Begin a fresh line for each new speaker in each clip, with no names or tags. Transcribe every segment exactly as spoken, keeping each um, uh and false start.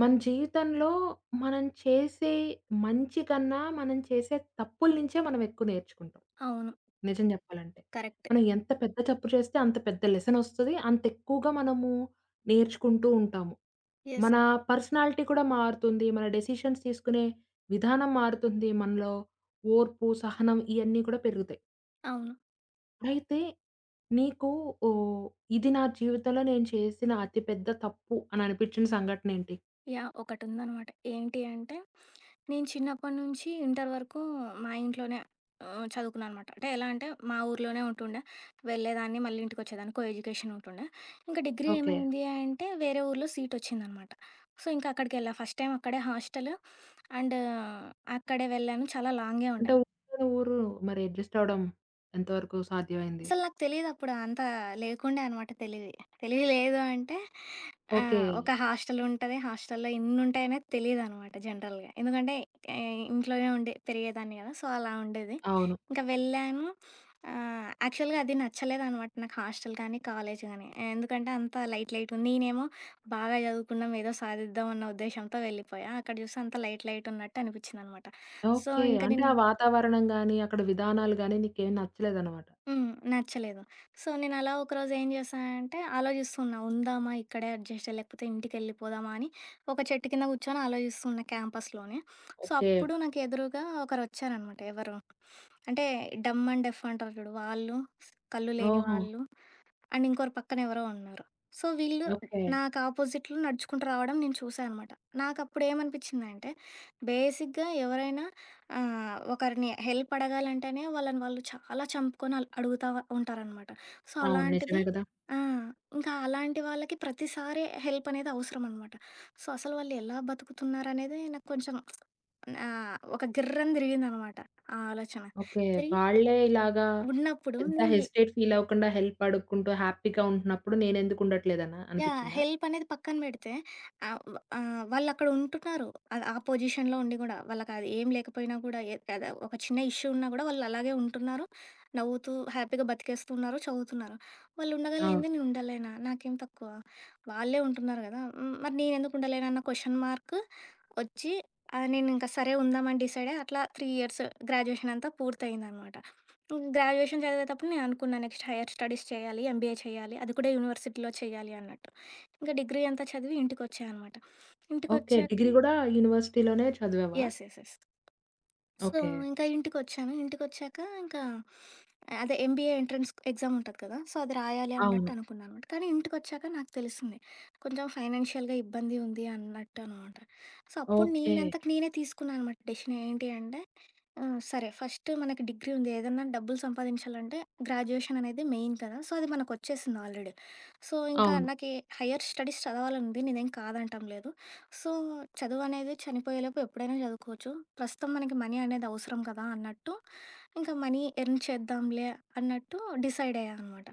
మన జీవితంలో మనం చేసే మంచి కన్నా, మనం చేసే తప్పుల నుంచే మనం ఎక్కువ నేర్చుకుంటాం.
అవును.
నిజం చెప్పాలంటే,
కరెక్ట్.
మనం ఎంత పెద్ద తప్పు చేస్తే అంత పెద్ద లెసన్ ఒస్తది. అంత ఎక్కువగా మనము నేర్చుకుంటూ ఉంటాము.
యెస్.
మన పర్సనాలిటీ కూడా మారుతుంది. మన డెసిషన్స్ తీసుకునే విధానం మారుతుంది. మనలో ఓర్పు, సహనం ఇయన్నీ కూడా పెరుగుతాయి.
అవును.
అయితే నీకు ఓహ్! ఇది నా జీవితంలో నేను చేసిన అతిపెద్ద తప్పు అని అనిపించిన సంఘటనేంటి?
యాహ్! ఒకటుందనమాట. ఏంటి అంటే, నేను చిన్నప్పటి నుంచి ఇంటర్ వరకు మా ఇంట్లోనే ఆహ్, చదువుకున్నా అనమాట. అంటే ఎలా అంటే, మా ఊర్లోనే ఉంటుండే. వెళ్ళేదాన్ని, మళ్ళీ ఇంటికొచ్చేదాన్ని. కో ఎడ్యుకేషన్ ఉంటుండే. ఇంకా డిగ్రీ
ఓకే.
ఏమైంది అంటే, వేరే ఊర్లో సీటొచ్చిందనమాట. సో, ఇంకా అక్కడికెళ్ళా. ఫస్ట్ టైమ్ అక్కడే హాస్టలు. అండ్ అక్కడే వెళ్ళాను. చాలా లాంగే ఉండే.
అంటే ఊరు ఊరు మరి అడ్జస్ట్ అవ్వడం ఎంతవరకు సాధ్యమైంది?
అసలు నాకు తెలీదప్పుడు. అంత లేకుండే అనమాట తెలివి. తెలివి లేదు అంటే
ఓకే.
ఆహ్, ఒక హాస్టల్ ఉంటది. హాస్టల్‌లో ఇన్నుంటాయనేది తెలీదనమాట జనరల్‌గా. ఎందుకంటే ఆహ్, ఇంట్లోనే ఉండి పెరిగేదాన్ని కదా! సో, అలా ఉండేది.
అవును.
ఇంకా వెళ్ళాను. ఆహ్, యాక్చువల్‌గా అది నచ్చలేదనమాట నాకు హాస్టల్ కానీ, కాలేజ్ గానీ. ఎందుకంటే అంత లైట్ లైట్ ఉంది. నేనేమో బాగా చదువుకున్నాం, ఏదో సాధిద్దాం అన్న ఉద్దేశ్యంతో వెళ్ళిపోయా. అక్కడ చూస్తే అంతా లైట్ లైట్ ఉన్నట్టు అనిపించిందనమాట. So,
okay.
ఇంక
అంటే
నేను
ఆ వాతావరణం గాని, అక్కడ విధానాలు గాని నీకేం నచ్చలేదనమాట.
హ్మ్. నచ్చలేదు. సో, నేనలా ఒకరోజు ఏం చేశానంటే, ఆలోచిస్తున్నా ఉందామా ఇక్కడే అడ్జస్ట్ లేకపోతే ఇంటికెళ్ళిపోదామా అని, ఒక చెట్టు కింద కూర్చొని ఆలోచిస్తున్నా క్యాంపస్‌లోనే. So,
okay.
అప్పుడు నాకు ఎదురుగా ఒకరొచ్చారనమాట. ఎవరు అంటే, డమ్ అండ్ డెఫ్ అంటారు చూడు వాళ్ళు, కళ్ళు లేని
ఓహో!
వాళ్ళు, అండ్ ఇంకోరు పక్కన ఎవరో ఉన్నారు. సో, వీళ్ళు
ఓకే.
నాకు ఆపోజిట్‌లో నడుచుకుంటూ రావడం నేను చూసా అనమాట. నాకప్పుడేమనిపించిందంటే, బేసిక్‌గా ఎవరైనా ఆ! ఒకరిని హెల్ప్ అడగాలంటేనే వాళ్ళని వాళ్ళు చాలా చంపుకొని అల్ అడుగుతా వ- ఉంటారనమాట. సో,
అవును. నిజమే
అలాంటిది
కదా!
ఆ! ఇంకా అలాంటి వాళ్ళకి ప్రతిసారి హెల్ప్ అనేది అవసరం అనమాట. సో, అసలు వాళ్ళు ఎలా బతుకుతున్నారనేది నాకు కొంచెం ఆహ్, ఒక గిర్రని తిరిగిందనమాట ఆ ఆలోచన.
ఓకే.
తిరిగి
వాళ్ళే ఇలాగా
ఉన్నప్పుడు
ఎంత
నేను
హెసిటేట్ ఫీల్ అవ్వకుండా హెల్ప్ అడుక్కుంటూ హ్యాపీగా ఉంటున్నప్పుడు నేనెందుకు ఉండట్లేదనా
యాహ్!
అనిపిచ్చిందా?
హెల్పనేది పక్కన పెడితే ఆహ్, వ ఆహ్, వాళ్ళక్కడ ఉంటున్నారు. ఆహ్, ఆ పొజిషన్‌లో ఉండి గూడా. వాళ్ళకది ఏం లేకపోయినా గూడా ఏ కదా! ఒక చిన్న ఇష్యూ ఉన్నా గూడా వాళ్ళలాగే ఉంటున్నారు. నవ్వుతూ, హ్యాపీగా బతికేస్తున్నారు, చదువుతున్నారు. వాళ్ళుండగా
అవును.
లేనిదే నేనుండలేనా? నాకేం తక్కువ? వాళ్ళే ఉంటున్నారు గదా! హ్మ్. మరి నేనెందుకు ఉండలేనన్న క్వెషన్ మార్క్ ఒచ్చి ఆహ్, నేనింక సరే ఉందామని డిసైడయ్యి అట్లా మూడు ఇయర్స్ గ్రాడ్యుయేషన్ అంతా పూర్తయిందనమాట. హ్మ్. గ్రాడ్యుయేషన్ చదివేతప్పుడు నేను అనుకున్నా నెక్స్ట్ హైయర్ స్టడీస్ చేయాలి. ఎంబీఏ చేయాలి. అది కూడా యూనివర్సిటీలో చేయాలి అన్నట్టు. ఇంకా డిగ్రీ అంతా చదివి ఇంటికొచ్చా అనమాట.
ఓకే.
ఇంటికొచ్చాక
డిగ్రీ గూడా యూనివర్సిటీలోనే చదివావా?
Yes. Yes. Yes. So,
okay.
ఇంకా ఇంటికొచ్చాను. ఇంటికొచ్చాక ఇంకా అదే ఎంబీఏ ఎంట్రన్స్ ఎగ్జామ్ ఉంటది కదా! సో, అది రాయాలి
అవును.
అన్నట్టు అనుకున్నా అనమాట. కానీ ఇంటికొచ్చాక నాకు తెలిసింది. కొంచెం ఫైనాన్షియల్‌గా ఇబ్బంది ఉంది అన్నట్టు అనమాట. సో, అప్పుడు
ఓకే.
నేనంతకు నేనే తీసుకున్నా అనమాట డెసిషన్. ఏంటి అంటే ఆ! సరే. ఫస్ట్ మనకి డిగ్రీ ఉంది. ఏదన్నా డబ్బులు సంపాదించాలంటే గ్రాడ్యుయేషన్ అనేది మెయిన్ కదా! సో, అది మనకొచ్చేసింది ఆల్రెడీ. సో, ఇంకా
అవును.
నాకి హైయర్ స్టడీస్ చదవాలనుంది. నేనేం కాదంటం లేదు. సో, చదువనేది చనిపోయేలోపు ఎప్పుడైనా చదువుకోవచ్చు. ప్రస్తుతం మనకి మనీ అనేది అవసరం కదా! అన్నట్టు ఇంకా మనీ ఎర్న్ చేద్దాంలే అన్నట్టు డిసైడ్ అయ్యా అనమాట.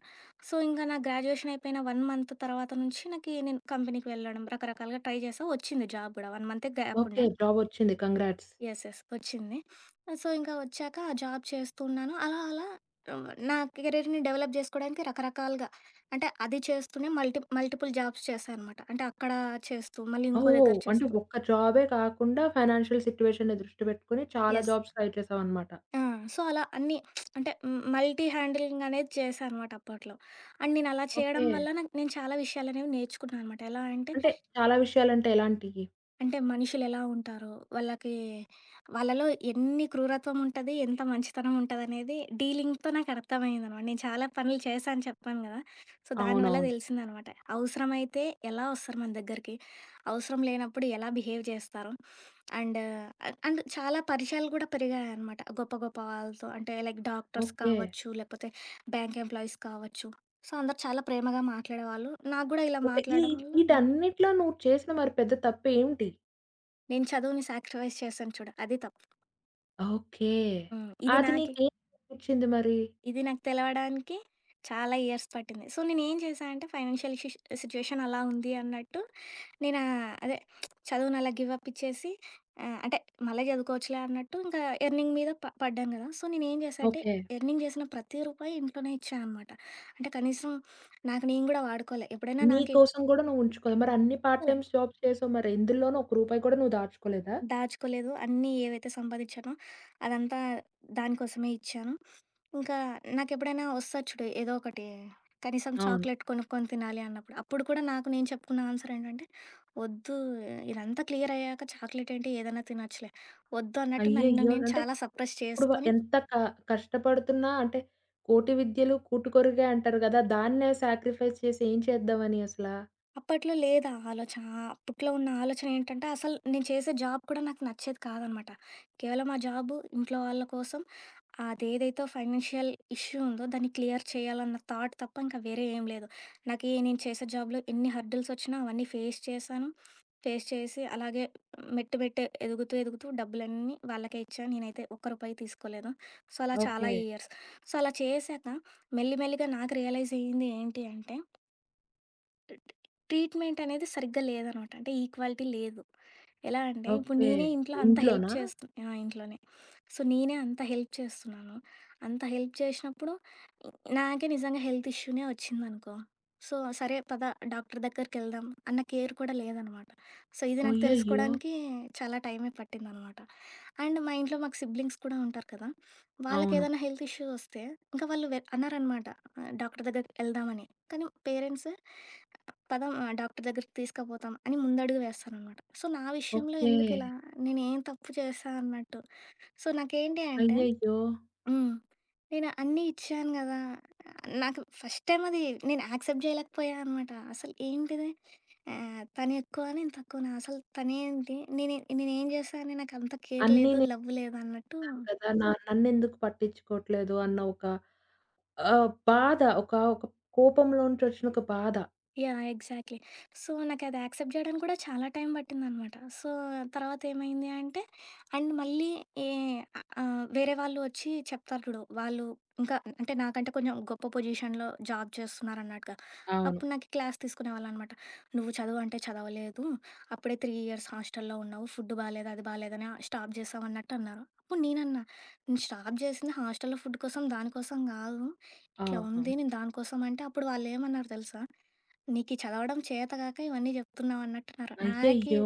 సో, ఇంకా నా గ్రాడ్యుయేషన్ అయిపోయిన ఒక మంత్ తర్వాత నుంచి నాకి నేను కంపెనీకి వెళ్ళడం రకరకాలుగా ట్రై చేశా. వచ్చింది జాబ్ గూడా. ఒక మంతే
ఓకే.
గ్యాపుండా.
జాబొచ్చింది. కంగ్రాట్స్.
యెస్. యెస్. వచ్చింది. సో, ఇంకా వచ్చాక ఆ జాబ్ చేస్తున్నాను. అలా అలా ఆహ్, నా కెరీర్‌ని డెవలప్ జేసుకోవడానికి రకరకాలుగా అంటే అది చేస్తూనే మల్టి మల్టిపుల్ జాబ్స్ చేశా అనమాట. అంటే అక్కడ చేస్తూ, మళ్ళీ ఇంకో
ఓహ్!
దగ్గర
అంటే
చేస్తూ.
ఒక్క జాబే కాకుండా ఫైనాన్షియల్ సిట్యుయేషన్‌ని దృష్టి పెట్టుకొని చాలా
యెస్.
Jobs try చేసావన్నమాట.
ఆ! సో, అలా అన్నీ అంటే మల్టీ హ్యాండిలింగ్ అనేది చేశా అనమాట అప్పట్లో. అండ్ నేను అలా చేయడం
ఓకే.
వల్ల నాకు నేను చాలా విషయాలనేవి నేర్చుకున్నాననమాట. ఎలా అంటే
అంటే చాలా విషయాలంటే ఎలాంటియి?
అంటే మనుషులెలా ఉంటారో, వాళ్ళకి వాళ్ళలో ఎన్ని క్రూరత్వం ఉంటది, ఎంత మంచితనం ఉంటదనేది డీలింగ్‌తో నాకర్థమయిందనమాట. నేను చాలా పనులు చేశా అని చెప్పాను గదా! సో, దానివల్ల
అవునవును.
తెలిసిందనమాట. అవసరమైతే ఎలా ఒస్తారు మన దగ్గరికి, అవసరం లేనప్పుడు ఎలా బిహేవ్ జేస్తారు, అండ్ అండ్ చాలా పరిచయాలు గూడా పెరిగాయనమాట. గొప్ప గొప్ప వాళ్ళతో అంటే లైక్ డాక్టర్స్
ఓకే.
కావచ్చు, లేకపోతే బ్యాంక్ ఎంప్లాయీస్ కావచ్చు. సో, అందరూ చాలా ప్రేమగా మాట్లాడేవాళ్ళు. నాకు గూడా ఇలా
ఓకే. ఈ
మాట్లాడడం వల్ల
ఈటన్నిట్లో నువ్వు చేసిన మరి పెద్ద తప్పేంటి?
నేను చదువుని సాక్రిఫైస్ చేశాను చూడు అది తప్పు.
ఓకే.
హ్మ్. ఇది అది
అది
నాకి
నీకేం నేర్పించింది మరి?
ఇది నాకు తెలవడానికి చాలా ఇయర్స్ పట్టింది. సో, నేనేం చేశా అంటే ఫైనాన్షియల్ సిష్ సిట్యుయేషన్ అలా ఉంది అన్నట్టు నేను ఆహ్, అదే చదువుని అలా గివ్ అప్ ఇచ్చేసి ఆహ్, అంటే మళ్ళీ చదువుకోవచ్చులే అన్నట్టు ఇంకా ఎర్నింగ్ మీద ప పడ్డాను కదా! సో, నేనేం చేశా అంటే
ఓకే.
ఎర్నింగ్ చేసిన ప్రతి రూపాయి ఇంట్లోనే ఇచ్చా అనమాట. అంటే కనీసం నాకు నేను గూడా వాడుకోలే. ఎప్పుడైనా
నీ
నాకు ఇవ్వాలి,
కోసం గూడా నువ్వు ఉంచుకోలేదు. మరి అన్ని పార్ట్ టైమ్స్ జాబ్స్ చేసావు మరి ఎందులోనూ ఒక్క రూపాయి కూడా నువ్వు దాచుకోలేదా?
దాచుకోలేదు. అన్నీ ఏవైతే సంపాదించానో అదంతా దానికోసమే ఇచ్చాను. ఇంకా నాకెప్పుడైనా వస్తది చూడు ఏదో ఒకటి. కనీసం
అవును.
చాక్లెట్ కొనుక్కొని తినాలి అన్నప్పుడు. అప్పుడు కూడా నాకు నేను చెప్పుకున్న ఆన్సర్ ఏంటంటే, "వద్దు ఇదంతా క్లియర్ అయ్యాక చాక్లెట్ ఏంటి ఏదైనా తినొచ్చులే." వద్దు అన్నట్టు నన్ను
అయ్యయ్యో!
నేను
అంటే
చాలా సప్రెస్
ఇప్పుడు వ
చేసుకొని
ఎంత క కష్టపడుతున్నా అంటే, కోటి విద్యలు కూటుకొరిగే అంటారు గదా! దాన్నే సాక్రిఫైస్ చేసి ఏం చేద్దామని అసలా?
అప్పట్లో లేదు ఆ ఆలోచన. ఆ అప్పట్లో ఉన్న ఆలోచన ఏంటంటే అసలు నేను చేసే జాబ్ కూడా నాకు నచ్చేది కాదనమాట. కేవలం ఆ జాబు ఇంట్లో వాళ్ళ కోసం అదేదైతే ఫైనాన్షియల్ ఇష్యూ ఉందో దాన్ని క్లియర్ చేయాలన్న థాట్ తప్ప ఇంకా వేరే ఏం లేదు. నాకీ నేను చేసే జాబ్‌లో ఎన్ని హర్డిల్స్ వచ్చినా అవన్నీ ఫేస్ చేశాను. ఫేస్ చేసి అలాగే మెట్టు మెట్టు ఎదుగుతూ, ఎదుగుతూ డబ్బులన్నీ వాళ్ళకే ఇచ్చాను. నేనైతే ఒక్క రూపాయి తీసుకోలేదు. సో, అలా చాలా
ఓకే.
ఇయర్స్. సో, అలా చేశాక మెల్లి మెల్లిగా నాకు రియలైజ్ అయ్యింది ఏంటి అంటే ట్రీట్మెంట్ అనేది సరిగ్గా లేదనమాట. అంటే ఈక్వాలిటీ లేదు. ఎలా అంటే ఇప్పుడు
ఓకే.
నేనే ఇంట్లో అంత హెల్ప్
ఇంట్లోనా?
చేస్తు ఆ! ఇంట్లోనే. సో, నేనే అంత హెల్ప్ చేస్తున్నాను. అంత హెల్ప్ చేసినప్పుడు నాకే నిజంగా హెల్త్ ఇష్యూనే వచ్చిందనుకో, సో, సరే పద డాక్టర్ దగ్గరికెళ్దాం అన్న కేర్ కూడా లేదనమాట. సో, ఇది నాకు ఓకే.
అయ్యయ్యో!
తెలుసుకోవడానికి చాలా టైమే పట్టిందనమాట. అండ్ మా ఇంట్లో మాకు సిబ్లింగ్స్ కూడా ఉంటారు కదా!
అవును.
వాళ్ళకేదైనా హెల్త్ ఇష్యూ వస్తే, ఇంకా వాళ్ళు వె అన్నారనమాట ఆహ్, డాక్టర్ దగ్గరికి వెళ్దామని. కానీ పేరెంట్స్ పదం ఆహ్, డాక్టర్ దగ్గరికి తీసుకుపోతాం అని ముందడుగు వేస్తారనమాట. సో, నా విషయంలో
ఓకే.
ఎందుకిలా? నేనేం తప్పు చేశా అన్నట్టు. సో, నాకేంటి అంటే
అయ్యయ్యో!
హ్మ్. నేను అన్నీ ఇచ్చాను గదా! నాకు ఫస్ట్ టైమ్ అది నేను యాక్సెప్ట్ జేయలేకపోయా అనమాట. అసలు ఏంటిది ఆహ్, తను ఎక్కువ నేను తక్కువనా? అసలు తనేంటి? నేనే నేనేం జేశా అని నాకంత కేర్
అన్నీ
లేదు, లవ్ లేదన్నట్టు
నేన్నాను కదా! నా నన్నెందుకు పట్టించుకోవట్లేదు అన్న ఒక ఆహ్, బాధ, ఒక, ఒక కోపంలోంచొచ్చిన ఒక బాధ.
యాహ్! ఎగ్జాక్ట్‌లీ. సో, నాకది యాక్సెప్ట్ జేయడానికి కూడా చాలా టైం పట్టిందనమాట. సో, తర్వాత ఏమైంది అంటే అండ్ మళ్ళీ ఏ ఆహ్, వేరే వాళ్ళు వచ్చి చెప్తారు చూడు. వాళ్ళు ఇంకా అంటే నాకంటే కొంచెం గొప్ప పొజిషన్‌లో జాబ్ చేస్తున్నారన్నట్టుగా.
అవును.
అప్పుడు నాకు క్లాస్ తీసుకునేవాళ్ళనమాట. "నువ్వు చదువంటే చదవలేదు. అప్పుడే మూడు ఇయర్స్ హాస్టల్‌లో ఉన్నావు. ఫుడ్ బాలేదు, అది బాలేదని స్టాప్ జేసావు" అన్నట్టు అన్నారు. అప్పుడు నేనన్నా, "నేను స్టాప్ జేసింది హాస్టల్‌లో ఫుడ్ కోసం, దానికోసం గాదు. ఇట్లా
ఆహా!
ఉంది. నేను దానికోసం" అంటే అప్పుడు వాళ్ళేమన్నారు తెలుసా? నీకు ఈ చదవడం చేతగాక ఇవన్నీ చెప్తున్నావు అన్నట్టున్నారు. నాకి
అయ్యయ్యో!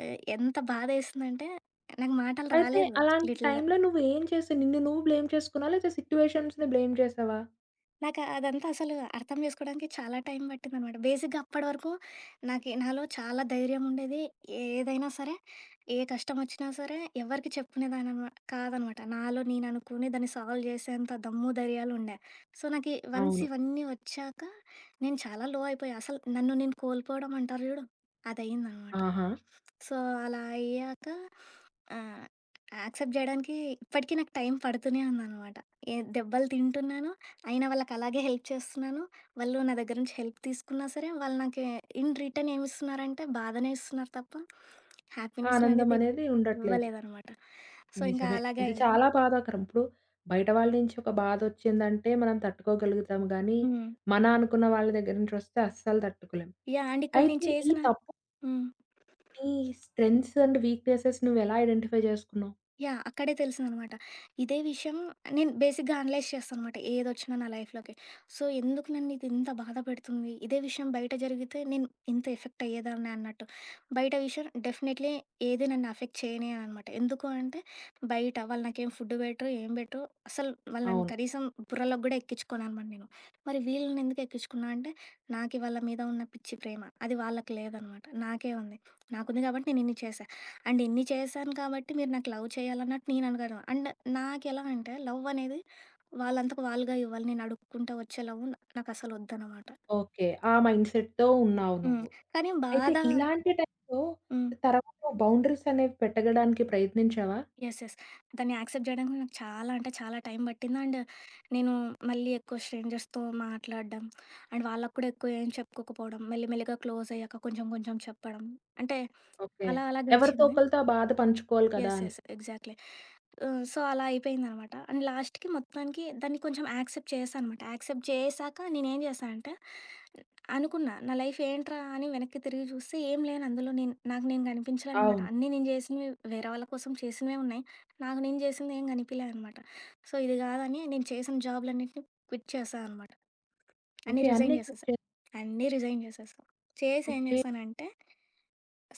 ఆహ్, ఎంత బాధేసిందంటే నాకు మాటలు
అయితే
రాలేదు.
అలాంటి
లిటిల్
టైంలో నువ్వేం చేసావు? నిన్ను నువ్వు బ్లేమ్ చేసుకున్నావా? లేతే సిట్యుయేషన్స్‌ని బ్లేమ్ చేసావా?
నాకు అదంతా అసలు అర్థం చేసుకోవడానికి చాలా టైం పట్టిందనమాట. బేసిక్‌గా అప్పటి వరకు నాకి నాలో చాలా ధైర్యం ఉండేది. ఏదైనా సరే, ఏ కష్టం వచ్చినా సరే ఎవరికీ చెప్పుకునేదాన్ననమా కాదనమాట. నాలో నేను అనుకుని దాన్ని సాల్వ్ చేసేంత దమ్ము, ధైర్యాలు ఉండే. సో, నాకి వన్స్
అవును.
ఇవన్నీ వచ్చాక నేను చాలా లో అయిపోయా. అసలు నన్ను నేను కోల్పోవడం అంటారు చూడు, అదయిందనమాట.
ఆహా!
సో, అలా అయ్యాక ఆహ్, యాక్సెప్ట్ జేయడానికి ఇప్పటికీ నాకు టైం పడుతూనే ఉందనమాట. ఏ దెబ్బలు తింటున్నాను. అయినా వాళ్ళకి అలాగే హెల్ప్ చేస్తున్నాను. వాళ్ళు నా దగ్గర నుంచి హెల్ప్ తీసుకున్నా సరే, వాళ్ళు నాకు ఇన్ రిటర్న్ ఏమిస్తున్నారంటే బాధనే ఇస్తున్నారు తప్ప,
ఆ ఆనందం
హ్యాపీనెస్‌ననేది
అనేది ఉండట్లేదు.
ఇవ్వలేదనమాట. సో, ఇంకా
నిజమే.
అలాగే
అది
అయింది.
చాలా బాధాకరం. ఇప్పుడు బయట వాళ్ళ నుంచి ఒక బాధొచ్చిందంటే మనం తట్టుకోగలుగుతాం గానీ,
హ్మ్.
మన అనుకున్న వాళ్ళ దగ్గర నుంచి వస్తే అస్సలు తట్టుకోలేం.
యాహ్! అండ్ ఇక్కడ నేను
అయితే ఈ
చేసిన
తప్పు
హ్మ్.
నీ స్ట్రెంగ్త్స్ అండ్ వీక్‌నెసెస్ నువ్వెలా ఐడెంటిఫై చేసుకున్నావు?
యాహ్! అక్కడే తెలిసిందనమాట. ఇదే విషయం నేను బేసిక్‌గా అనలైజ్ చేస్తాననమాట. ఏదొచ్చినా నా లైఫ్‌లోకి. సో, ఎందుకు నన్నిది ఇంత బాధ పెడుతుంది? ఇదే విషయం బయట జరిగితే నేను ఇంత ఎఫెక్ట్ అయ్యేదాన్నా అన్నట్టు. బయట విషయం డెఫినెట్లీ ఏది నన్ను ఎఫెక్ట్ చేయనేయదనమాట. ఎందుకు అంటే బయట వాళ్ళు నాకేం ఫుడ్ పెట్టరు, ఏం పెట్టరు. అసలు వాళ్ళని
అవును.
కనీసం బుర్రలోకి గూడా ఎక్కించుకోననమాట నేను. మరి వీళ్ళని ఎందుకు ఎక్కించుకున్నా అంటే నాకి వాళ్ళ మీద ఉన్న పిచ్చి ప్రేమ. అది వాళ్ళకి లేదనమాట. నాకే ఉంది. నాకుంది కాబట్టి నేనిన్ని చేశా. అండ్ ఇన్ని చేశాను కాబట్టి మీరు నాకు లవ్ చేయాలన్నట్టు నేను అనగను. అండ్ నాకెలా అంటే లవ్ అనేది వాళ్ళంతకు వాళ్ళుగా ఇవ్వాలి. నేను అడుక్కుంటూ వచ్చే లవ్ నా- నాకు అసలు వద్దనమాట.
ఓకే. ఆ మైండ్‌సెట్‌తో ఉన్నావు
హ్మ్.
నువ్వు.
కానీ
అయితే
బాధ
ఇలాంటి టైంలో
హ్మ్.
తర్వాత నువ్వు బౌండరీస్ అనేవి పెట్టగడానికి ప్రయత్నించావా?
యెస్. యెస్. దాన్ని యాక్సెప్ట్ చేయడానికి నాకు చాలా అంటే చాలా టైం పట్టింది. అండ్ నేను మళ్ళీ ఎక్కువ స్ట్రేంజర్స్‌తో మాట్లాడడం, అండ్ వాళ్ళకి కూడా ఎక్కువ ఏం చెప్పుకోకపోవడం, మెల్లిమెల్లిగా క్లోజ్ అయ్యాక కొంచెం కొంచెం చెప్పడం. అంటే
ఓకే.
అలా అలా
ఎవరితో
గడిచింది.
ఒకళ్ళతో ఆ బాధ పంచుకోవాలి కదా!
యెస్.
అని.
యెస్. ఎగ్జాక్ట్‌లీ. ఆహ్, సో, అలా అయిపోయిందనమాట. అండ్ లాస్ట్‌కి మొత్తానికి దాన్ని కొంచెం యాక్సెప్ట్ చేశా అనమాట. యాక్సెప్ట్ చేశాక నేనేం చేశా అంటే, అనుకున్నా నా లైఫ్ ఏంట్రా అని వెనక్కి తిరిగి చూస్తే ఏం లేను అందులో నేను. నాకు నేను కనిపించలేదనమాట.
అవును.
అన్నీ నేను చేసినవి వేరే వాళ్ళ కోసం చేసినవే ఉన్నాయి. నాకు నేను చేసింది ఏం కనిపియలే అనమాట. సో, ఇది కాదని నేను చేసిన జాబులన్నిటిని క్విట్ చేశా అనమాట. అన్నీ
ఓకే.
రిజైన్
అన్నీ కట్
చేసేసా.
చేసావు.
అన్నీ రిజైన్ చేసేసా. చేసి ఏం
ఓకే.
చేశానంటే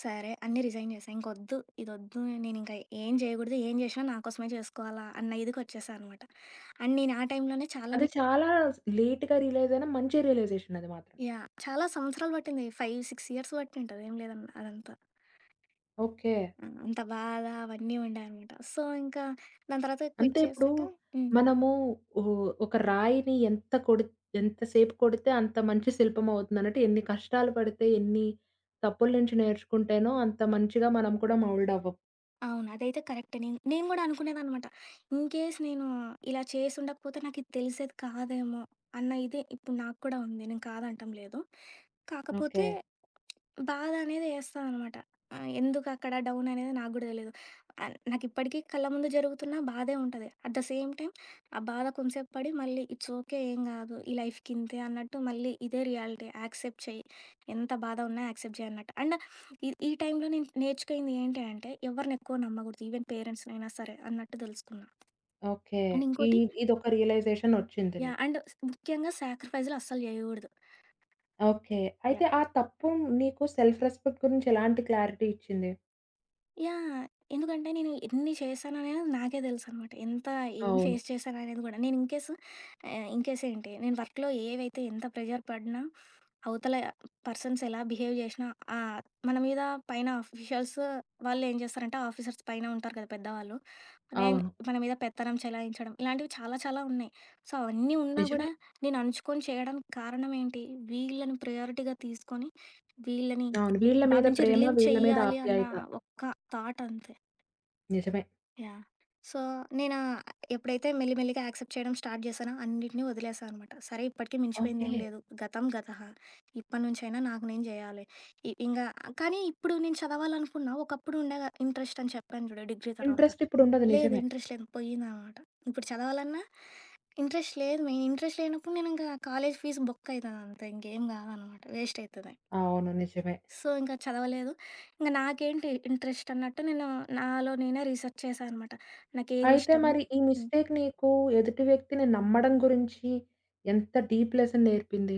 సరే. అన్నీ రిజైన్ చేశా. ఇంకొద్దు, ఇదొద్దు నేనింకా ఏం చేయకూడదు, ఏం చేసినా నా కోసమే చేసుకోవాలా అన్న ఇదికొచ్చేసా అనమాట. అండ్ నేను ఆ టైంలోనే చాలా
అది
ని
చాలా లేట్‌గా రియలైజ్ అయిన మంచి రియలైజేషన్ అది మాత్రం.
యాహ్! చాలా సంవత్సరాలు పట్టింది. ఐదు, ఆరు ఇయర్స్ పట్టింటది. ఏం లేదన్ అదంతా.
ఓకే.
ఆ! అంత బాధ అవన్నీ ఉండే అనమాట. సో, ఇంకా దాని తర్వాత క్విట్
అంతే ఇప్పుడు
చేశాక హ్మ్.
మనము ఓ ఒక రాయిని ఎంత కొడి ఎంత సేపు కొడితే అంత మంచి శిల్పం అవుతుందన్నట్టు ఎన్ని కష్టాలు పడితే, ఎన్ని తప్పుల నుంచి నేర్చుకుంటేనో అంత మంచిగా మనం కూడా మౌల్డ్ అవ్వం.
అవును. అదైతే కరెక్టే. నేను నేను గూడా అనుకునేదాన్నమాట. ఇన్‌కేస్ నేను ఇలా చేసుండకపోతే నాకిది తెలిసేది కాదేమో అన్న ఇది ఇప్పుడు నాకు కూడా ఉంది. నేను కాదంటం లేదు.
ఓకే.
కాకపోతే బాధ అనేది ఏస్తామనమాట. ఆహ్, ఎందుకక్కడ డౌన్ అనేది నాకు గూడా తెలీదు. ఆహ్, నాకిప్పటికీ కళ్ళ ముందు జరుగుతున్న బాధే ఉంటది. అట్ ద సేమ్ టైమ్ ఆ బాధ కొంసేపు పడి మళ్ళీ ఇట్స్ ఓకే. ఏం గాదు. ఈ లైఫ్‌కింతే అన్నట్టు మళ్ళీ ఇదే రియాలిటీ. యాక్సెప్ట్ చెయ్యి. ఎంత బాధ ఉన్నా యాక్సెప్ట్ చెయ్యి అన్నట్టు. అండ్ ఈ ఈ టైంలో నేను నేర్చుకుంది ఏంటి అంటే ఎవరిని ఎక్కువ నమ్మగూడదు. ఈవెన్ పేరెంట్స్‌నైనా సరే అన్నట్టు దెలుసుకున్నా.
ఓకే.
అండ్
ఈ
ఇంకోటి
ఇదొక రియలైజేషన్ వచ్చింది
యాహ్!
నీకు.
అండ్ ముఖ్యంగా సాక్రిఫైస్‌లు అస్సలు జేయగూడదు.
ఓకే. అయితే
యాహ్!
ఆ తప్పు నీకు సెల్ఫ్ రెస్పెక్ట్ గురించి ఎలాంటి క్లారిటీ ఇచ్చింది?
యాహ్! ఎందుకంటే నేను ఎన్ని చేశాననేది నాకే తెలుసనమాట. ఎంత ఏం
అవును.
ఫేస్ చేశాననేది గూడా. నేను ఇన్‌కేస్ ఆహ్, ఇన్‌కేస్ ఏంటి నేను వర్క్‌లో ఏవైతే ఎంత ప్రెషర్ పడినా, అవతల పర్సన్స్ ఎలా బిహేవ్ జేసినా ఆహ్, మన మీద పైన అఫీషియల్స్ వాళ్ళేం జేస్తారంటే, ఆఫీసర్స్ పైన ఉంటారు కదా పెద్దవాళ్ళు. నేను అవును.
అవును.
మన మీద పెత్తనం చెలాయించడం ఇలాంటివి చాలా చాలా ఉన్నాయి. సో, అవన్నీ ఉన్నా
నిజమే.
గూడా నేను అణుచుకొని చేయడానికి కారణం ఏంటి? వీళ్ళని ప్రయారిటీగా తీసుకొని, వీళ్ళని
అవును. వీళ్ళ
దాని
మీద
నుంచి
ప్రేమ,
రిలీవ్
వీళ్ళ మీద
చెయ్యాలి అన్న
ఆప్యాయత.
ఒక్క థాట్ అంతే.
నిజమే.
యాహ్! సో, నేనా ఎప్పుడైతే మెల్లిమెల్లిగా యాక్సెప్ట్ చేయడం స్టార్ట్ చేశానో అన్నిటిని వదిలేసా అనమాట. సరే ఇప్పటికి
ఓకే.
మించిపోయిందేం లేదు. గతం గతః. ఇప్పటినుంచైనా నాకు నేను జేయాలి. ఇ ఇంగా కానీ ఇప్పుడు నేను చదవాలనుకున్నా ఒకప్పుడు ఉండే ఇంట్రెస్ట్ అని చెప్పాను చూడు డిగ్రీ తర్వాత.
ఇంట్రెస్ట్ ఇప్పుడుండదు
లేదు
నిజమే.
ఇంట్రెస్ట్ లేదు పోయిందనమాట. ఇప్పుడు చదవాలన్నా ఇంట్రెస్ట్ లేదు మెయిన్. ఇంట్రెస్ట్ లేనప్పుడు నేనింకా కాలేజ్ ఫీజు బొక్కయితదంతే ఇంకేం గాదనమాట. వేస్ట్ అయితది.
అవును. నిజమే.
సో, ఇంక చదవలేదు. ఇంక నాకేంటి ఇంట్రెస్ట్ అన్నట్టు నేను నాలో నేనే రీసెర్చ్ చేశా అనమాట. నాకేది
అయితే
ఇష్టము
మరి ఈ
హ్మ్.
మిస్టేక్ నీకు ఎదుటి వ్యక్తిని నమ్మడం గురించి ఎంత డీప్ లెసన్ నేర్పింది?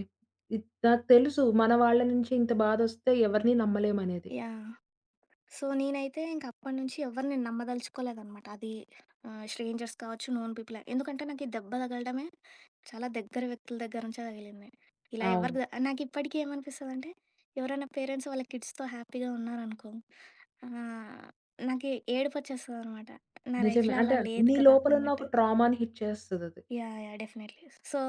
ఇద్ నాకు తెలుసు మన వాళ్ళ నుంచి ఇంత బాధొస్తే ఎవరిని నమ్మలేమనేది.
యాహ్! సో, నేనైతే ఇంక అప్పటినుంచి ఎవరిని నేను నమ్మదలుచుకోలేదనమాట. అది ఆహ్, స్ట్రేంజర్స్ కావచ్చు, నోన్ పీపులే. ఎందుకంటే నాకు ఈ దెబ్బ తగలడమే చాలా దగ్గర వ్యక్తుల దగ్గర నుంచే తగిలింది. ఇలా ఎవరికి
అవును.
ద నాకిప్పటికి ఏమనిపిస్తదంటే, ఎవరైనా పేరెంట్స్ వాళ్ళ కిడ్స్‌తో హ్యాపీగా ఉన్నారనుకో, ఆహ్, నాకి ఏడుపొచ్చేస్తదనమాట. నా
నిజమే.
లైఫ్‌లో అలా
అంటే
లేదు
నీ
కదా!
లోపలున్న
అన్నట్టు.
ఒక ట్రామాని హిట్ చేస్తదది.
యాహ్! యాహ్! డెఫినెట్‌లీ. సో,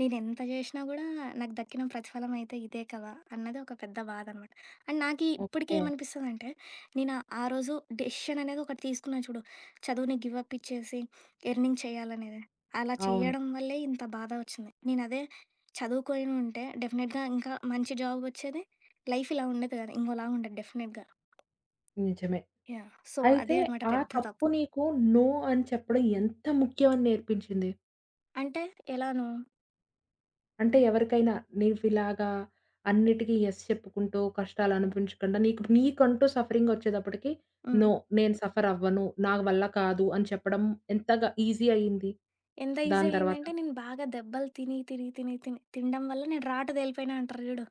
నేనెంత జేషినా గూడా నాకు దక్కిన ప్రతిఫలం అయితే ఇదే కదా! అన్నది ఒక పెద్ద బాధనమాట. అండ్ నాకీ ఇప్పటికి
ఓకే.
ఏమనిపిస్తదంటే, నేను ఆ ఆ రోజు డెసిషన్ అనేది ఒకటి తీసుకున్నా చూడు, చదువుని గివ్ అప్ ఇచ్చేసి ఎర్నింగ్ చేయాలనేది. అలా
అవును.
చెయ్యడం వల్లే ఇంత బాధ వచ్చింది. నేనదే చదువుకొని ఉంటే డెఫినెట్‌గా ఇంకా మంచి జాబొచ్చేది. లైఫ్ ఇలా ఉండేది గాదు. ఇంకోలా ఉండేది డెఫినెట్‌గా.
నిజమే.
యాహ్! సో, అదే
అయితే
అంతే అనమాట
ఆ
మరి. పెద్ద
తప్పు
తప్పు.
నీకు నో అని చెప్పడం ఎంత ముఖ్యం అని నేర్పించింది?
అంటే ఎలానూ
అంటే ఎవరికైనా నువ్విలాగా అన్నిటికి యెస్ చెప్పుకుంటూ కష్టాలు అనిపించకుండా నీకు నీకంటూ సఫరింగ్ వచ్చేటప్పటికి,
హ్మ్.
నో నేను సఫర్ అవ్వను. నా వల్ల కాదు అని చెప్పడం ఎంతగా ఈజీ అయింది?
ఎంత ఈజీ
దాని తర్వాత?
అయిందంటే నేను బాగా దెబ్బలు తిని, తిని, తిని, తిని తినడం వల్ల నేను రాటు తేలిపోయినా అంటారు చూడు.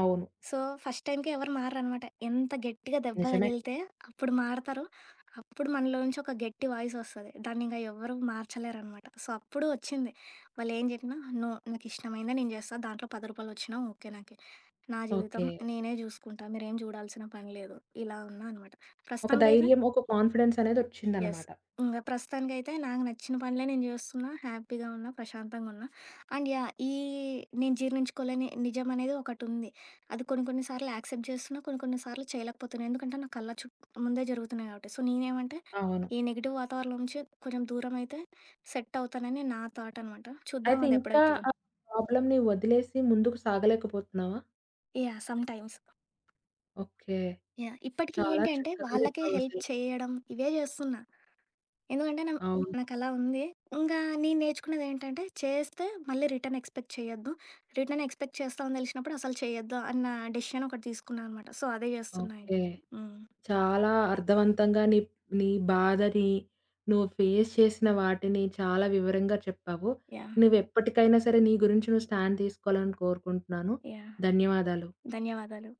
అవును.
సో, ఫస్ట్ టైమ్‌కి ఎవరు మారరనమాట. ఎంత గట్టిగా దెబ్బ
నిజమే.
తగిలితే అప్పుడు మారతారు. అప్పుడు మనలోంచి ఒక గట్టి వాయిస్ వస్తది. దాన్నింక ఎవ్వరు మార్చలేరనమాట. సో, అప్పుడు వచ్చింది. వాళ్ళేం చెప్పినా నో నాకిష్టమైందే నేను చేస్తా. దాంట్లో రూ. పది వచ్చినా ఓకే నాకి. నా జీవితం
ఓకే.
నేనే చూసుకుంటా. మీరేం చూడాల్సిన పని లేదు. ఇలా ఉన్నా అనమాట.
ఒక
ప్రస్తుతానికైతే
ధైర్యం, ఒక కాన్ఫిడెన్స్ అనేది
యెస్.
వచ్చిందన్నమాట.
ఇంగ ప్రస్తుతానికైతే నాకు నచ్చిన పనులే నేను జేస్తున్నా. హ్యాపీగా ఉన్నా, ప్రశాంతంగా ఉన్నా. And yeah! ఈ నేను జీర్ణించుకోలేని నిజం అనేది ఒకటుంది. అది కొన్ని కొన్ని సార్లు యాక్సెప్ట్ జేస్తున్నా, కొన్ని కొన్ని సార్లు చేయలేకపోతున్నా. ఎందుకంటే నా కళ్ళ చుట్ ముందే జరుగుతున్నాయి కాబట్టి. సో, నేనేమంటే
అవును.
ఈ నెగెటివ్ వాతావరణం నుంచి కొంచెం దూరమైతే సెట్ అవుతానని నా థాట్ అనమాట. చూద్దాం
అయితే
అది
ఇంకా
ఎప్పుడైతదో.
ఆ ప్రాబ్లమ్‌ని వదిలేసి ముందుకు సాగలేకపోతున్నావా?
Yeah! Some times.
Okay.
Yeah! ఇప్పటికి
చాలా
ఏంటి అంటే
చక్కగా
వాళ్ళకే హెల్ప్
చెప్పావసలు.
చేయడం ఇవే జేస్తున్నా. ఎందుకంటే నా
అవును.
నాకలా ఉంది. ఇంకా నేను నేర్చుకున్నదేంటంటే, చేస్తే మళ్ళీ రిటర్న్ ఎక్స్‌పెక్ట్ చేయొద్దు. రిటర్న్ ఎక్స్‌పెక్ట్ చేస్తామని తెలిసినప్పుడు అసలు చేయొద్దు అన్న డెసిషన్ ఒకటి తీసుకున్నా అనమాట. సో, అదే చేస్తున్నా.
ఓకే.
హ్మ్. హ్మ్.
చాలా అర్థవంతంగా నీ నీ బాధని, నువ్వు ఫేస్ చేసిన వాటిని చాలా వివరంగా చెప్పావు.
యాహ్!
నువ్వెప్పటికైనా సరే నీ గురించి నువ్వు స్టాండ్ తీసుకోవాలని కోరుకుంటున్నాను.
యాహ్!
ధన్యవాదాలు.
ధన్యవాదాలు.